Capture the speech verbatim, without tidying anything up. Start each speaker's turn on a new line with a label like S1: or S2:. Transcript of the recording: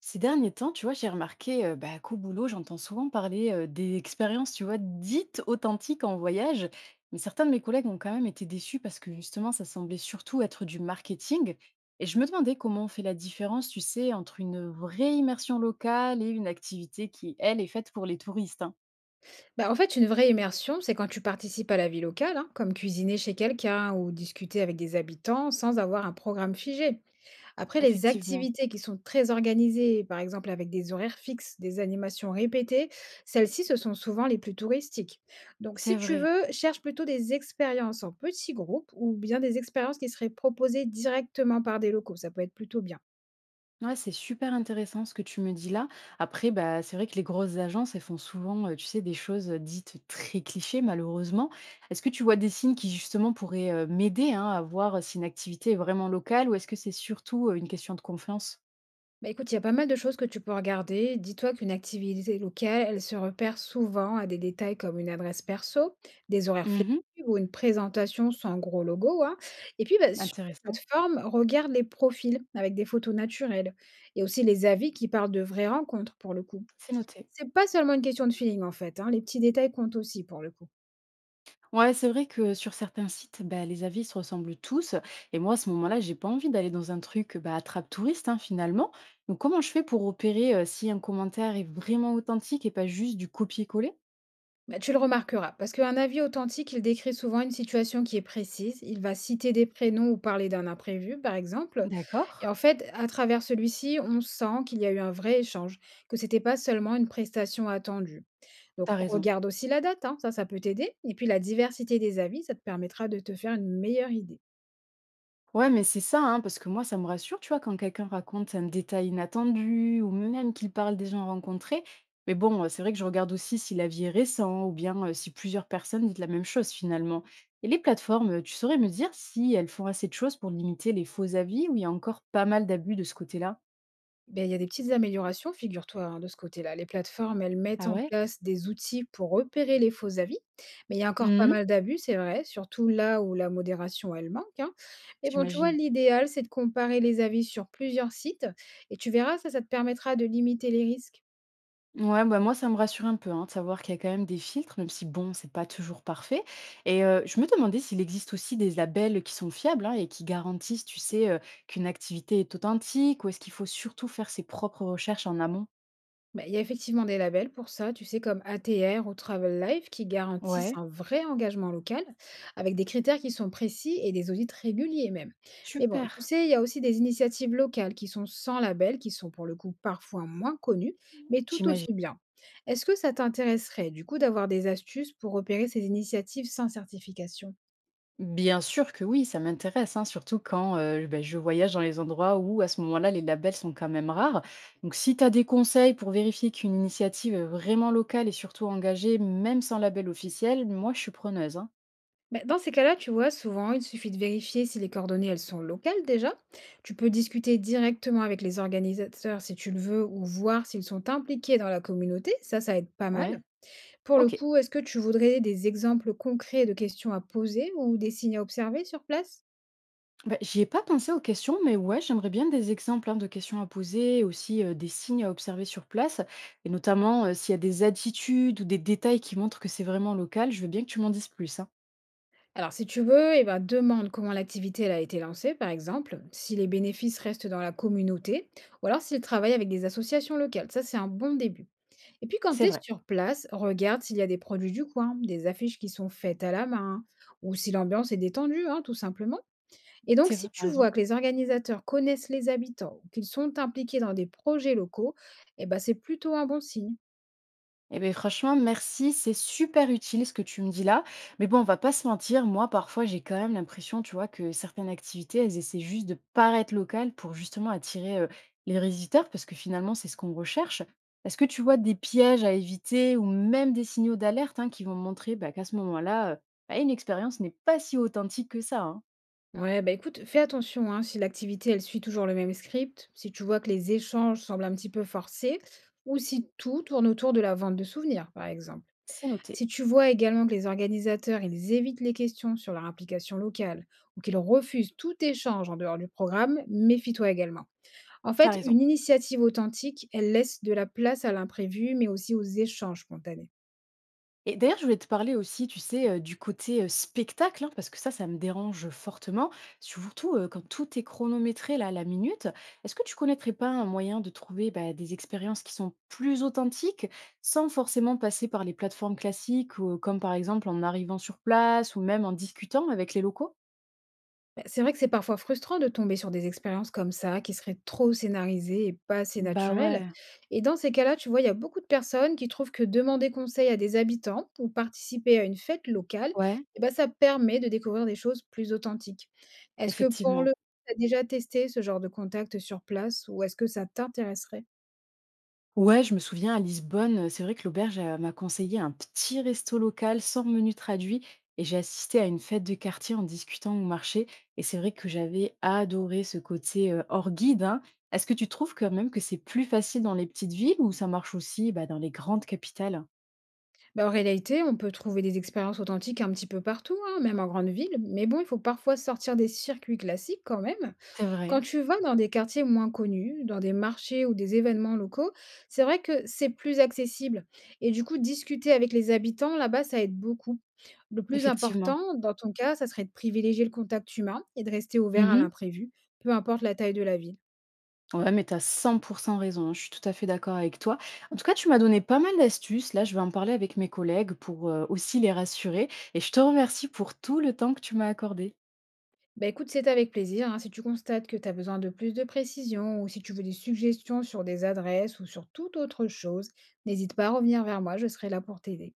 S1: Ces derniers temps, tu vois, j'ai remarqué euh, bah, qu'au boulot, j'entends souvent parler euh, des expériences, tu vois, dites authentiques en voyage. Mais certains de mes collègues ont quand même été déçus parce que justement, ça semblait surtout être du marketing. Et je me demandais comment on fait la différence, tu sais, entre une vraie immersion locale et une activité qui, elle, est faite pour les touristes, hein.
S2: Bah, en fait, une vraie immersion, c'est quand tu participes à la vie locale, hein, comme cuisiner chez quelqu'un ou discuter avec des habitants sans avoir un programme figé. Après, les
S1: Effectivement,
S2: activités qui sont très organisées, par exemple avec des horaires fixes, des animations répétées, celles-ci, ce sont souvent les plus touristiques. Donc, si
S1: c'est
S2: tu
S1: vrai.
S2: veux, cherche plutôt des expériences en petits groupes ou bien des expériences qui seraient proposées directement par des locaux. Ça peut être plutôt bien.
S1: Ouais, c'est super intéressant ce que tu me dis là. Après, bah, c'est vrai que les grosses agences, elles font souvent, euh, tu sais, des choses dites très clichés, malheureusement. Est-ce que tu vois des signes qui, justement, pourraient euh, m'aider, hein, à voir si une activité est vraiment locale ou est-ce que c'est surtout euh, une question de confiance?
S2: Bah écoute, il y a pas mal de choses que tu peux regarder. Dis-toi qu'une activité locale, elle se repère souvent à des détails comme une adresse perso, des horaires
S1: Mhm.
S2: flexibles ou une présentation sans gros logo, hein. Et puis, bah, sur la
S1: Intéressant.
S2: plateforme, regarde les profils avec des photos naturelles et aussi les avis qui parlent de vraies rencontres pour le coup.
S1: C'est noté.
S2: C'est pas seulement une question de feeling en fait, hein, les petits détails comptent aussi pour le coup.
S1: Ouais, c'est vrai que sur certains sites, bah, les avis se ressemblent tous. Et moi, à ce moment-là, j'ai pas envie d'aller dans un truc, bah, attrape-touriste, hein, finalement. Donc, comment je fais pour opérer si un commentaire est vraiment authentique et pas juste du copier-coller?
S2: Bah, tu le remarqueras, parce qu'un avis authentique, il décrit souvent une situation qui est précise. Il va citer des prénoms ou parler d'un imprévu, par exemple.
S1: D'accord,
S2: Et en fait, à travers celui-ci, on sent qu'il y a eu un vrai échange, que c'était pas seulement une prestation attendue. Donc,
S1: t'as raison.
S2: regarde aussi la date, hein, ça, ça peut t'aider. Et puis, la diversité des avis, ça te permettra de te faire une meilleure idée.
S1: Ouais, mais c'est ça, hein, parce que moi, ça me rassure, tu vois, quand quelqu'un raconte un détail inattendu ou même qu'il parle des gens rencontrés. Mais bon, euh, c'est vrai que je regarde aussi si l'avis est récent ou bien euh, si plusieurs personnes disent la même chose finalement. Et les plateformes, euh, tu saurais me dire si elles font assez de choses pour limiter les faux avis ou il y a encore pas mal d'abus de ce côté-là?
S2: Ben il y a des petites améliorations, figure-toi, hein, de ce côté-là. Les plateformes, elles mettent
S1: Ah
S2: en
S1: ouais?
S2: place des outils pour repérer les faux avis, mais il y a encore pas
S1: Mhm,
S2: mal d'abus, c'est vrai, surtout là où la modération, elle manque, hein. Mais bon, tu vois,
S1: j'imagine.
S2: l'idéal, c'est de comparer les avis sur plusieurs sites, et tu verras, ça, ça te permettra de limiter les risques.
S1: Ouais, bah moi, ça me rassure un peu, hein, de savoir qu'il y a quand même des filtres, même si bon, c'est pas toujours parfait. Et euh, je me demandais s'il existe aussi des labels qui sont fiables, hein, et qui garantissent, tu sais, euh, qu'une activité est authentique ou est-ce qu'il faut surtout faire ses propres recherches en amont?
S2: Bah, il y a effectivement des labels pour ça, tu sais, comme A T R ou Travel Life, qui garantissent
S1: Ouais,
S2: un vrai engagement local, avec des critères qui sont précis et des audits réguliers même. Mais bon,
S1: super,
S2: tu sais, il y a aussi des initiatives locales qui sont sans label, qui sont pour le coup parfois moins connues, mais tout
S1: j'imagine.
S2: aussi bien. Est-ce que ça t'intéresserait du coup d'avoir des astuces pour repérer ces initiatives sans certification?
S1: Bien sûr que oui, ça m'intéresse, hein, surtout quand euh, ben, je voyage dans les endroits où à ce moment-là, les labels sont quand même rares. Donc, si tu as des conseils pour vérifier qu'une initiative est vraiment locale et surtout engagée, même sans label officiel, moi, je suis preneuse, hein.
S2: Beh, dans ces cas-là, tu vois, souvent, il suffit de vérifier si les coordonnées, elles sont locales déjà. Tu peux discuter directement avec les organisateurs si tu le veux ou voir s'ils sont impliqués dans la communauté. Ça, ça aide pas
S1: Ouais,
S2: mal. Pour le
S1: ok.
S2: coup, est-ce que tu voudrais des exemples concrets de questions à poser ou des signes à observer sur place?
S1: Bah, j'y ai pas pensé aux questions, mais ouais, j'aimerais bien des exemples, hein, de questions à poser, aussi euh, des signes à observer sur place, et notamment euh, s'il y a des attitudes ou des détails qui montrent que c'est vraiment local, je veux bien que tu m'en dises plus, hein.
S2: Alors, si tu veux, eh ben, demande comment l'activité elle a été lancée, par exemple, si les bénéfices restent dans la communauté, ou alors s'ils travaillent avec des associations locales. Ça, c'est un bon début. Et puis quand
S1: C'est
S2: tu es
S1: vrai,
S2: sur place, regarde s'il y a des produits du coin, des affiches qui sont faites à la main, ou si l'ambiance est détendue, hein, tout simplement. Et donc
S1: c'est
S2: si
S1: vrai, t'as
S2: tu vois
S1: raison.
S2: que les organisateurs connaissent les habitants ou qu'ils sont impliqués dans des projets locaux, eh ben, c'est plutôt un bon signe.
S1: Eh bien, franchement, merci. C'est super utile ce que tu me dis là. Mais bon, on va pas se mentir. Moi, parfois, j'ai quand même l'impression, tu vois, que certaines activités, elles essaient juste de paraître locales pour justement attirer euh, les visiteurs, parce que finalement, c'est ce qu'on recherche. Est-ce que tu vois des pièges à éviter ou même des signaux d'alerte, hein, qui vont montrer, bah, qu'à ce moment-là, euh, bah, une expérience n'est pas si authentique que ça, hein?
S2: Ouais, bah écoute, fais attention hein, si l'activité elle suit toujours le même script, si tu vois que les échanges semblent un petit peu forcés, ou si tout tourne autour de la vente de souvenirs, par exemple.
S1: C'est noté.
S2: Si tu vois également que les organisateurs ils évitent les questions sur leur application locale ou qu'ils refusent tout échange en dehors du programme, méfie-toi également. En
S1: T'as
S2: fait,
S1: raison.
S2: une initiative authentique, elle laisse de la place à l'imprévu, mais aussi aux échanges spontanés.
S1: Et d'ailleurs, je voulais te parler aussi, tu sais, heu, du côté, heu, spectacle, hein, parce que ça, ça me dérange fortement, surtout, heu, quand tout est chronométré là, à la minute. Est-ce que tu connaîtrais pas un moyen de trouver, bah, des expériences qui sont plus authentiques, sans forcément passer par les plateformes classiques ou, heu, comme par exemple en arrivant sur place ou même en discutant avec les locaux?
S2: Bah, c'est vrai que c'est parfois frustrant de tomber sur des expériences comme ça, qui seraient trop scénarisées et pas assez
S1: Bah
S2: naturelles.
S1: ouais.
S2: Et dans ces cas-là, tu vois, il y a beaucoup de personnes qui trouvent que demander conseil à des habitants ou participer à une fête locale,
S1: Ouais,
S2: eh ben, ça permet de découvrir des choses plus authentiques. Est-ce que pour
S1: effectivement.
S2: le tu as déjà testé ce genre de contact sur place ou est-ce que ça t'intéresserait?
S1: Ouais, je me souviens à Lisbonne, euh, c'est vrai que l'auberge euh, m'a conseillé un petit resto local sans menu traduit et j'ai assisté à une fête de quartier en discutant au marché et c'est vrai que j'avais adoré ce côté euh, hors guide, hein. Est-ce que tu trouves quand même que c'est plus facile dans les petites villes ou ça marche aussi, bah, dans les grandes capitales?
S2: Bah, en réalité, on peut trouver des expériences authentiques un petit peu partout, hein, même en grande ville, mais bon, il faut parfois sortir des circuits classiques quand même.
S1: C'est vrai,
S2: Quand tu vas dans des quartiers moins connus, dans des marchés ou des événements locaux, c'est vrai que c'est plus accessible. Et du coup, discuter avec les habitants là-bas, ça aide beaucoup. Le plus
S1: effectivement.
S2: important, dans ton cas, ça serait de privilégier le contact humain et de rester ouvert à l'imprévu, peu importe la taille de la ville.
S1: Ouais, mais tu as cent raison, hein, je suis tout à fait d'accord avec toi. En tout cas, tu m'as donné pas mal d'astuces. Là, je vais en parler avec mes collègues pour, heu, aussi les rassurer et je te remercie pour tout le temps que tu m'as accordé.
S2: Bah écoute, c'est avec plaisir, hein. Si tu constates que tu as besoin de plus de précisions ou si tu veux des suggestions sur des adresses ou sur toute autre chose, n'hésite pas à revenir vers moi, je serai là pour t'aider.